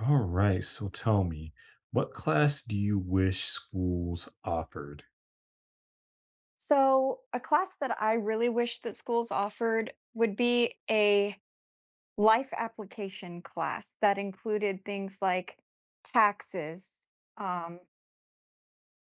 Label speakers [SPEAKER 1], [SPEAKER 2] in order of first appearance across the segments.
[SPEAKER 1] All right, so tell me, what class do you wish schools offered?
[SPEAKER 2] So, a class that I really wish that schools offered would be a life application class that included things like taxes, um,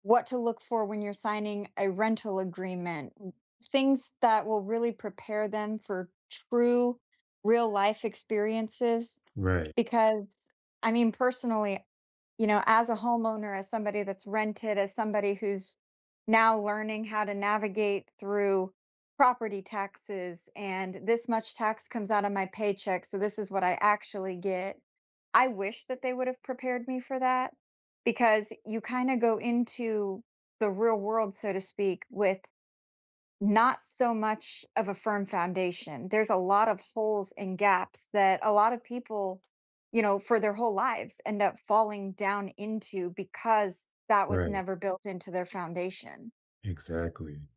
[SPEAKER 2] what to look for when you're signing a rental agreement, things that will really prepare them for true real life experiences.
[SPEAKER 1] Right,
[SPEAKER 2] Because, I mean, personally, as a homeowner, as somebody that's rented, as somebody who's now learning how to navigate through property taxes and this much tax comes out of my paycheck. So this is what I actually get. I wish that they would have prepared me for that because you kind of go into the real world, so to speak, with not so much of a firm foundation. There's a lot of holes and gaps that a lot of people, for their whole lives end up falling down into because that was
[SPEAKER 1] right.
[SPEAKER 2] never built into their foundation.
[SPEAKER 1] Exactly.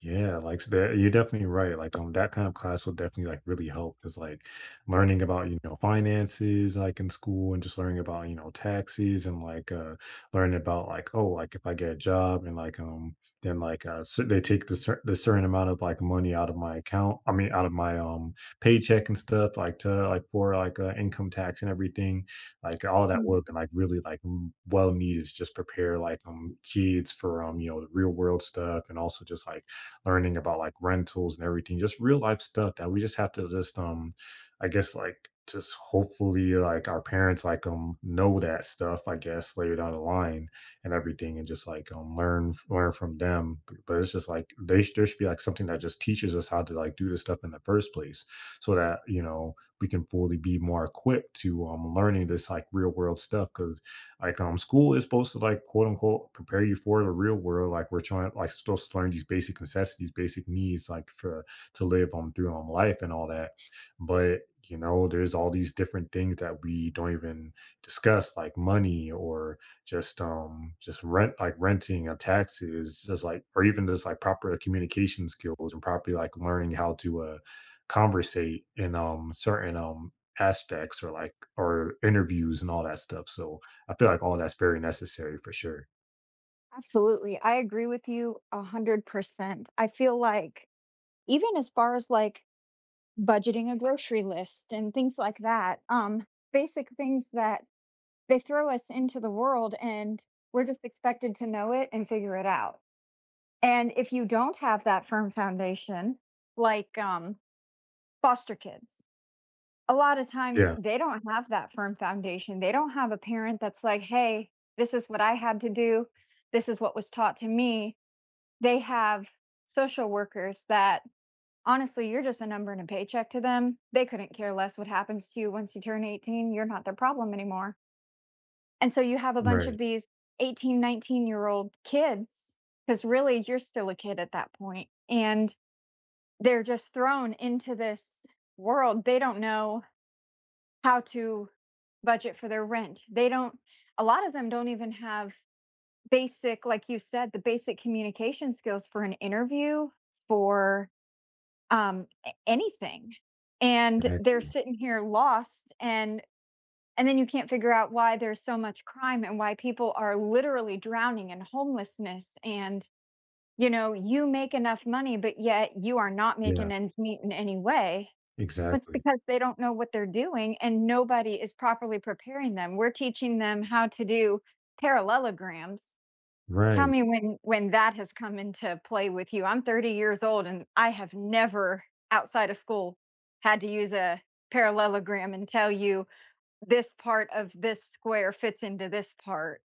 [SPEAKER 1] Yeah, like, so that you're definitely right, like, that kind of class will definitely, like, really help. Cause like, learning about, you know, finances, like, in school and just learning about, you know, taxes and, learning about, like, oh, like, if I get a job and, then, like, cer they take the cer the certain amount of, like, money out of my account. I mean, out of my, paycheck and stuff, like, to income tax and everything. Like, all that work
[SPEAKER 2] Mhm.
[SPEAKER 1] and, well needed to just prepare, kids for, you know, the real world stuff, and also just, like, learning about, like, rentals and everything, just real life stuff that we just have to just, I guess, like, just hopefully, like, our parents, know that stuff, I guess, later down the line, and everything, and just, learn from them. B but it's just, like, they sh there should be, like, something that just teaches us how to, like, do this stuff in the first place so that, you know, we can fully be more equipped to, learning this like real world stuff. Because like, um, school is supposed to like, quote unquote, prepare you for the real world. Like we're trying like supposed to learn these basic necessities, basic needs, like for to live on through, life and all that. But you know, there's all these different things that we don't even discuss, like money, or just, just rent, like renting, or taxes, just like, or even just like proper communication skills, and properly like learning how to, conversate in, certain, aspects, or like, or interviews and all that stuff. So I feel like all that's very necessary for sure.
[SPEAKER 2] Absolutely. I agree with you 100%. I feel like even as far as like budgeting a grocery list and things like that, basic things that they throw us into the world and we're just expected to know it and figure it out. And if you don't have that firm foundation, like foster kids, a lot of times
[SPEAKER 1] Yeah.
[SPEAKER 2] they don't have that firm foundation. They don't have a parent that's like, hey, this is what I had to do, this is what was taught to me. They have social workers that honestly, you're just a number and a paycheck to them. They couldn't care less what happens to you once you turn 18. You're not their problem anymore. And so you have a bunch of
[SPEAKER 1] Right.
[SPEAKER 2] these 18, 19 year old kids, because really you're still a kid at that point. And they're just thrown into this world. They don't know how to budget for their rent. They don't, a lot of them don't even have basic, like you said, the basic communication skills for an interview, for um, anything. And they're
[SPEAKER 1] Exactly.
[SPEAKER 2] sitting here lost. And then you can't figure out why there's so much crime and why people are literally drowning in homelessness and, you know, you make enough money, but yet you are not making
[SPEAKER 1] Yeah.
[SPEAKER 2] ends meet in any way. Well, it's
[SPEAKER 1] Exactly.
[SPEAKER 2] because they don't know what they're doing and nobody is properly preparing them. We're teaching them how to do parallelograms. Tell
[SPEAKER 1] Right.
[SPEAKER 2] me when that has come into play with you. I'm 30 years old and I have never outside of school had to use a parallelogram and tell you this part of this square fits into this part.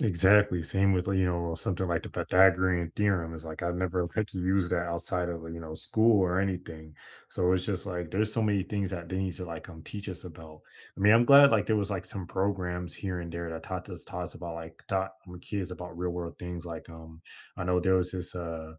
[SPEAKER 1] Exactly. Same with, you know, something like the Pythagorean theorem is like, I've never like used that outside of, you know, school or anything. So it's just like, there's so many things that they need to teach us about. I mean, I'm glad like there was like some programs here and there that taught us about like, taught kids about real world things. I know there was this uh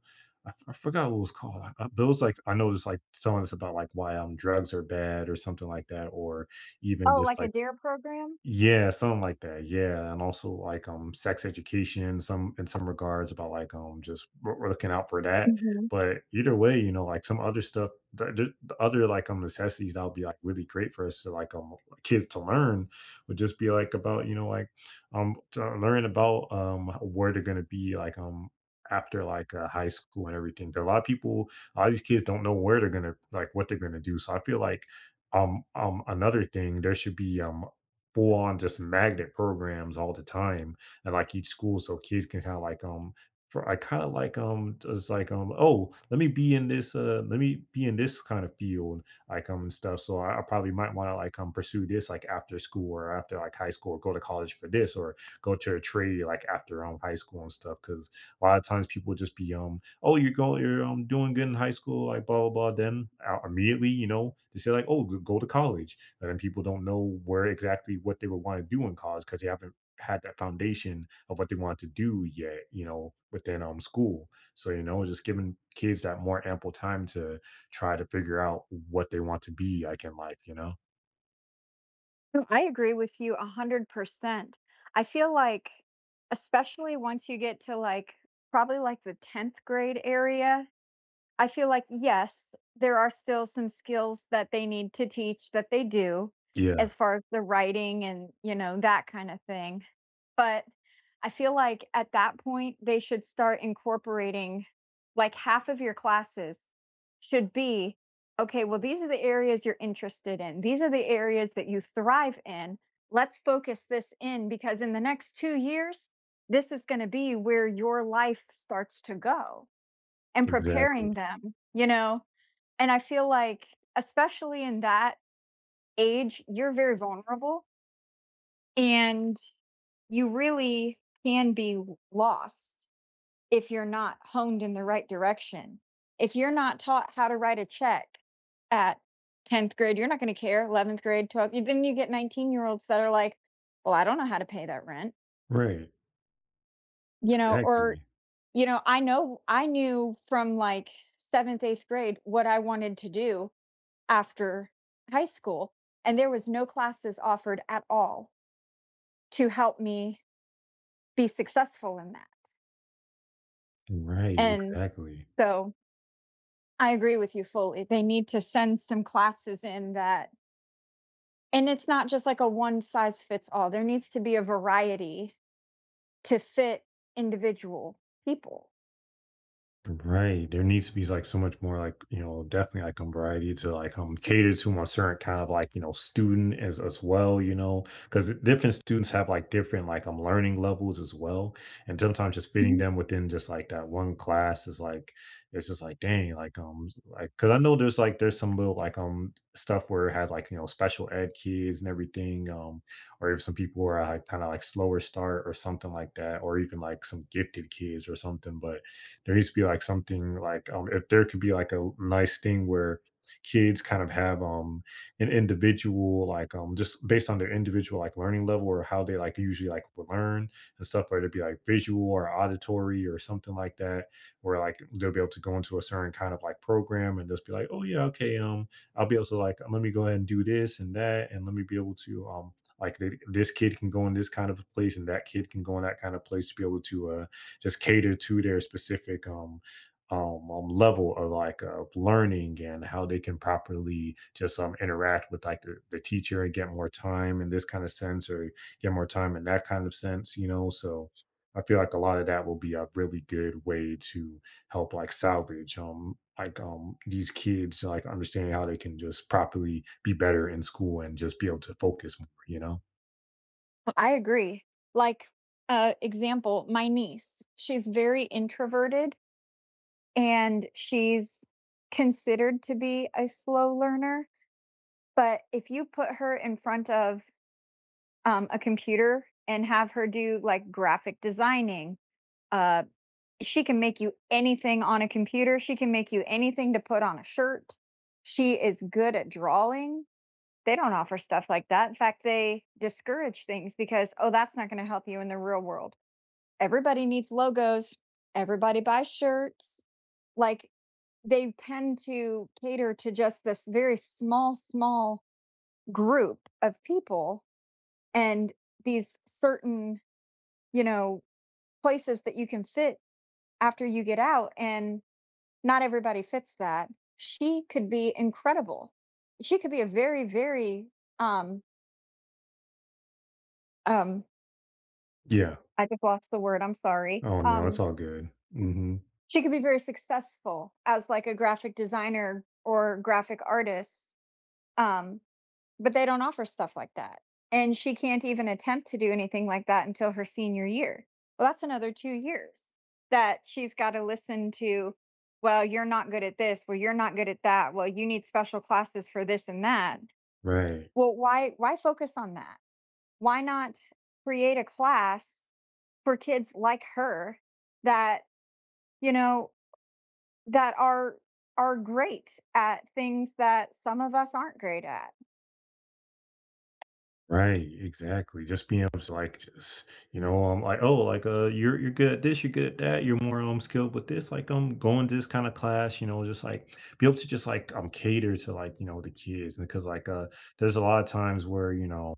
[SPEAKER 1] I, f- I forgot what it was called. There was like, I know it's like telling us about like why, drugs are bad or something like that, or even
[SPEAKER 2] Oh,
[SPEAKER 1] just
[SPEAKER 2] like a
[SPEAKER 1] like,
[SPEAKER 2] DARE program?
[SPEAKER 1] yeah, something like that. Yeah, and also like, um, sex education, some in some regards about like, um, just we're looking out for that.
[SPEAKER 2] Mhm.
[SPEAKER 1] But either way, you know, like some other stuff, the other like, um, necessities that would be like really great for us to like kids to learn would just be like about, you know, like, um, to learn about, where they're gonna be, like, um, after like, high school and everything. 'Cause a lot of people, a lot of these kids don't know where they're gonna, like, what they're gonna do. So I feel like, another thing there should be, um, full on just magnet programs all the time at like each school, so kids can kind of like, for I kind of like, um, just like, um, oh let me be in this, let me be in this kind of field, like, um, and stuff. So I probably might want to like, um, pursue this like after school, or after like high school, or go to college for this, or go to a trade like after, um, high school and stuff. Because a lot of times people just be, oh you're going you're, um, doing good in high school, like blah blah blah, then, immediately you know they say like, oh go to college. And then people don't know where exactly what they would want to do in college, because they haven't had that foundation of what they want to do yet, you know, within, school. So, you know, just giving kids that more ample time to try to figure out what they want to be like in life, you know?
[SPEAKER 2] No, I agree with you 100%. I feel like, especially once you get to, like, probably, like, the 10th grade area. I feel like, yes, there are still some skills that they need to teach that they do
[SPEAKER 1] Yeah,
[SPEAKER 2] as far as the writing and, you know, that kind of thing. But I feel like at that point, they should start incorporating like half of your classes should be okay, well, these are the areas you're interested in, these are the areas that you thrive in. Let's focus this in because in the next 2 years, this is going to be where your life starts to go and
[SPEAKER 1] exactly.
[SPEAKER 2] preparing them, you know? And I feel like, especially in that age, you're very vulnerable and you really can be lost if you're not honed in the right direction. If you're not taught how to write a check at 10th grade, you're not going to care. 11th grade, 12th, then you get 19-year-olds that are like, well, I don't know how to pay that rent,
[SPEAKER 1] Right.
[SPEAKER 2] you know, or,
[SPEAKER 1] Exactly.
[SPEAKER 2] you know I knew from like seventh, eighth grade what I wanted to do after high school and there was no classes offered at all to help me be successful in that.
[SPEAKER 1] Right.
[SPEAKER 2] And
[SPEAKER 1] Exactly.
[SPEAKER 2] so I agree with you fully. They need to send some classes in that and it's not just like a one size fits all. There needs to be a variety to fit individual people.
[SPEAKER 1] Right. There needs to be like so much more like, you know, definitely like, um, variety to like, um, cater to a certain kind of like, you know, student as well, you know, because different students have like different like, um, learning levels as well. And sometimes just fitting
[SPEAKER 2] Mhm.
[SPEAKER 1] them within just like that one class is like, it's just like dang, like, um, like because I know there's like, there's some little like, um, stuff where it has like, you know, special ed kids and everything. Um, or if some people are like kind of like slower start or something like that, or even like some gifted kids or something. But there needs to be like something like, if there could be like a nice thing where kids kind of have, um, an individual like, um, just based on their individual like learning level, or how they like usually like would learn and stuff, whether it be like visual or auditory or something like that, where like they'll be able to go into a certain kind of like program and just be like, oh yeah, okay, um, I'll be able to like, let me go ahead and do this and that, and let me be able to, um, like, this kid can go in this kind of place and that kid can go in that kind of place, to be able to, just cater to their specific, level of like, learning, and how they can properly just, interact with like the teacher, and get more time in this kind of sense, or get more time in that kind of sense, you know. So I feel like a lot of that will be a really good way to help like salvage, these kids like understanding how they can just properly be better in school and just be able to focus more, you know.
[SPEAKER 2] I agree. Like example, my niece, she's very introverted and she's considered to be a slow learner. But if you put her in front of, a computer and have her do, like, graphic designing, uh, she can make you anything on a computer, she can make you anything to put on a shirt. She is good at drawing. They don't offer stuff like that. In fact, they discourage things because, "Oh, that's not gonna help you in the real world." Everybody needs logos. Everybody buys shirts. Like, they tend to cater to just this very small, small group of people and these certain, you know, places that you can fit after you get out, and not everybody fits that. She could be incredible. She could be a very, very, um, um,
[SPEAKER 1] Yeah.
[SPEAKER 2] I just lost the word. I'm sorry.
[SPEAKER 1] Oh no, it's all good. Hmm.
[SPEAKER 2] She could be very successful as like a graphic designer or graphic artist. Um, But they don't offer stuff like that. And she can't even attempt to do anything like that until her senior year. Well, that's another 2 years that she's gotta listen to, "Well, you're not good at this. Well, you're not good at that. Well, you need special classes for this and that."
[SPEAKER 1] Right.
[SPEAKER 2] Well, why focus on that? Why not create a class for kids like her that, you know, that are great at things that some of us aren't great at?
[SPEAKER 1] Right, exactly. Just being able to like just, you know, like, oh, like, you're good at this, you're good at that, you're more, um, skilled with this, like, um, going to this kind of class, you know, just like be able to just like, um, cater to like, you know, the kids. Because like, there's a lot of times where, you know,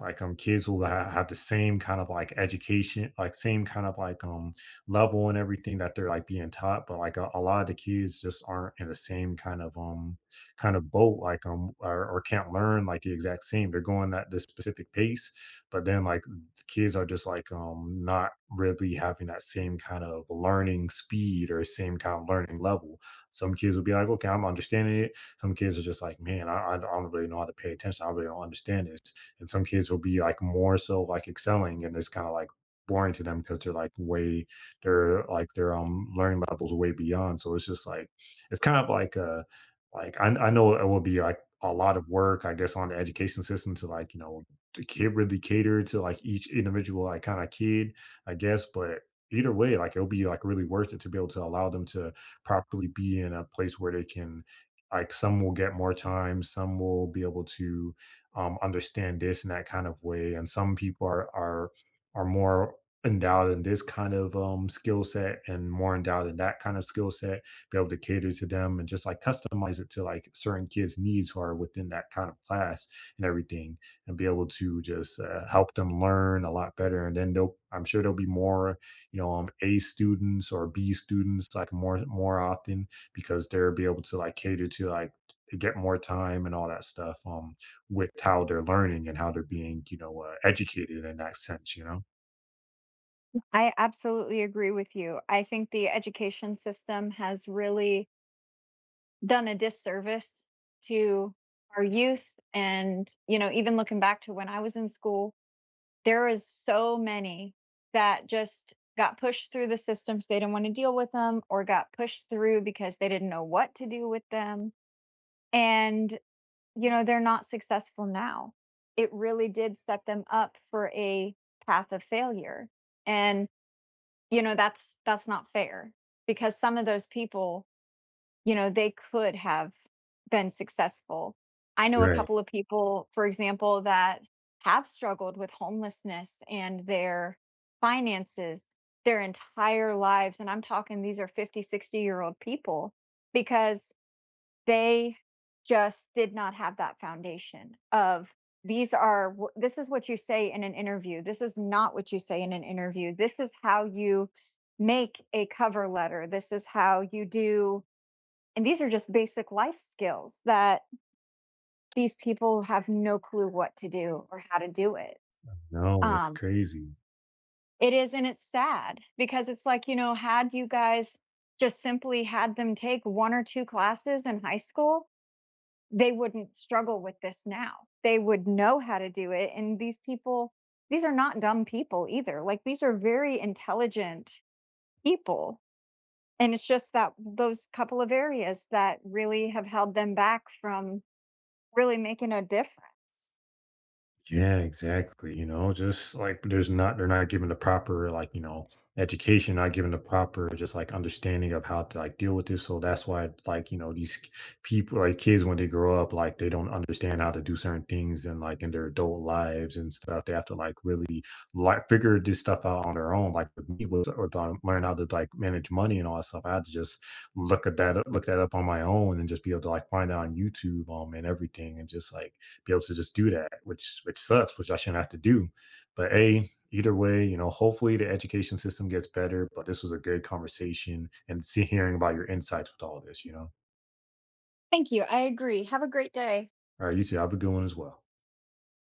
[SPEAKER 1] like, um, kids will have the same kind of like education, like same kind of like, um, level and everything that they're like being taught, but like a lot of the kids just aren't in the same kind of, um, kind of boat like, um, or can't learn like the exact same. They're going at this specific pace, but then like kids are just like, um, not really having that same kind of learning speed or same kind of learning level. Some kids will be like, okay, I'm understanding it. Some kids are just like, I don't really know how to pay attention, I really don't understand this. And some kids will be like more so like excelling, and it's kind of like boring to them, because they're like way they're like their, um, learning level's way beyond. So it's just like, it's kind of like a, like, I know it will be, like, a lot of work, I guess, on the education system to, like, you know, to ca really cater to, like, each individual, like, kinda kid, I guess. But either way, like, it'll be, like, really worth it to be able to allow them to properly be in a place where they can, like, some will get more time, some will be able to, understand this in that kind of way, and some people are more endowed in this kind of, skill set and more endowed in that kind of skill set. Be able to cater to them and just like customize it to like certain kids' needs who are within that kind of class and everything, and be able to just, help them learn a lot better. And then they'll, I'm sure there'll be more, you know, A students or B students, like more often, because they'll be able to like cater to like get more time and all that stuff, um, with how they're learning and how they're being, you know, educated in that sense, you know.
[SPEAKER 2] I absolutely agree with you. I think the education system has really done a disservice to our youth. And, you know, even looking back to when I was in school, there was so many that just got pushed through the systems. They didn't want to deal with them or got pushed through because they didn't know what to do with them. And, you know, they're not successful now. It really did set them up for a path of failure. And you know, that's not fair because some of those people, you know, they could have been successful. I know a
[SPEAKER 1] Right.
[SPEAKER 2] couple of people, for example, that have struggled with homelessness and their finances their entire lives. And I'm talking these are 50, 60-year old people because they just did not have that foundation of these are this is what you say in an interview, this is not what you say in an interview, this is how you make a cover letter, this is how you do. And these are just basic life skills that these people have no clue what to do or how to do it.
[SPEAKER 1] No, it's
[SPEAKER 2] um
[SPEAKER 1] crazy.
[SPEAKER 2] it is, and it's sad because it's like, you know, had you guys just simply had them take one or two classes in high school, they wouldn't struggle with this now. They would know how to do it. And these people, these are not dumb people either. Like these are very intelligent people. And it's just that those couple of areas that really have held them back from really making a difference.
[SPEAKER 1] Yeah, exactly. You know, just like there's not they're not given the proper like, you know, education, not given the proper just like understanding of how to like deal with this. So that's why like, you know, people like kids when they grow up, like they don't understand how to do certain things, and like in their adult lives and stuff. They have to like really like figure this stuff out on their own. Like with me was or to learn how to like manage money and all that stuff, I had to just look that up on my own and just be able to like find out on YouTube, and everything, and just like be able to just do that, which sucks, which I shouldn't have to do. But a either way, you know, hopefully the education system gets better. But this was a good conversation, and see hearing about your insights with all this, you know.
[SPEAKER 2] Thank you. I agree. Have a great day.
[SPEAKER 1] All right, you two have a good one as well.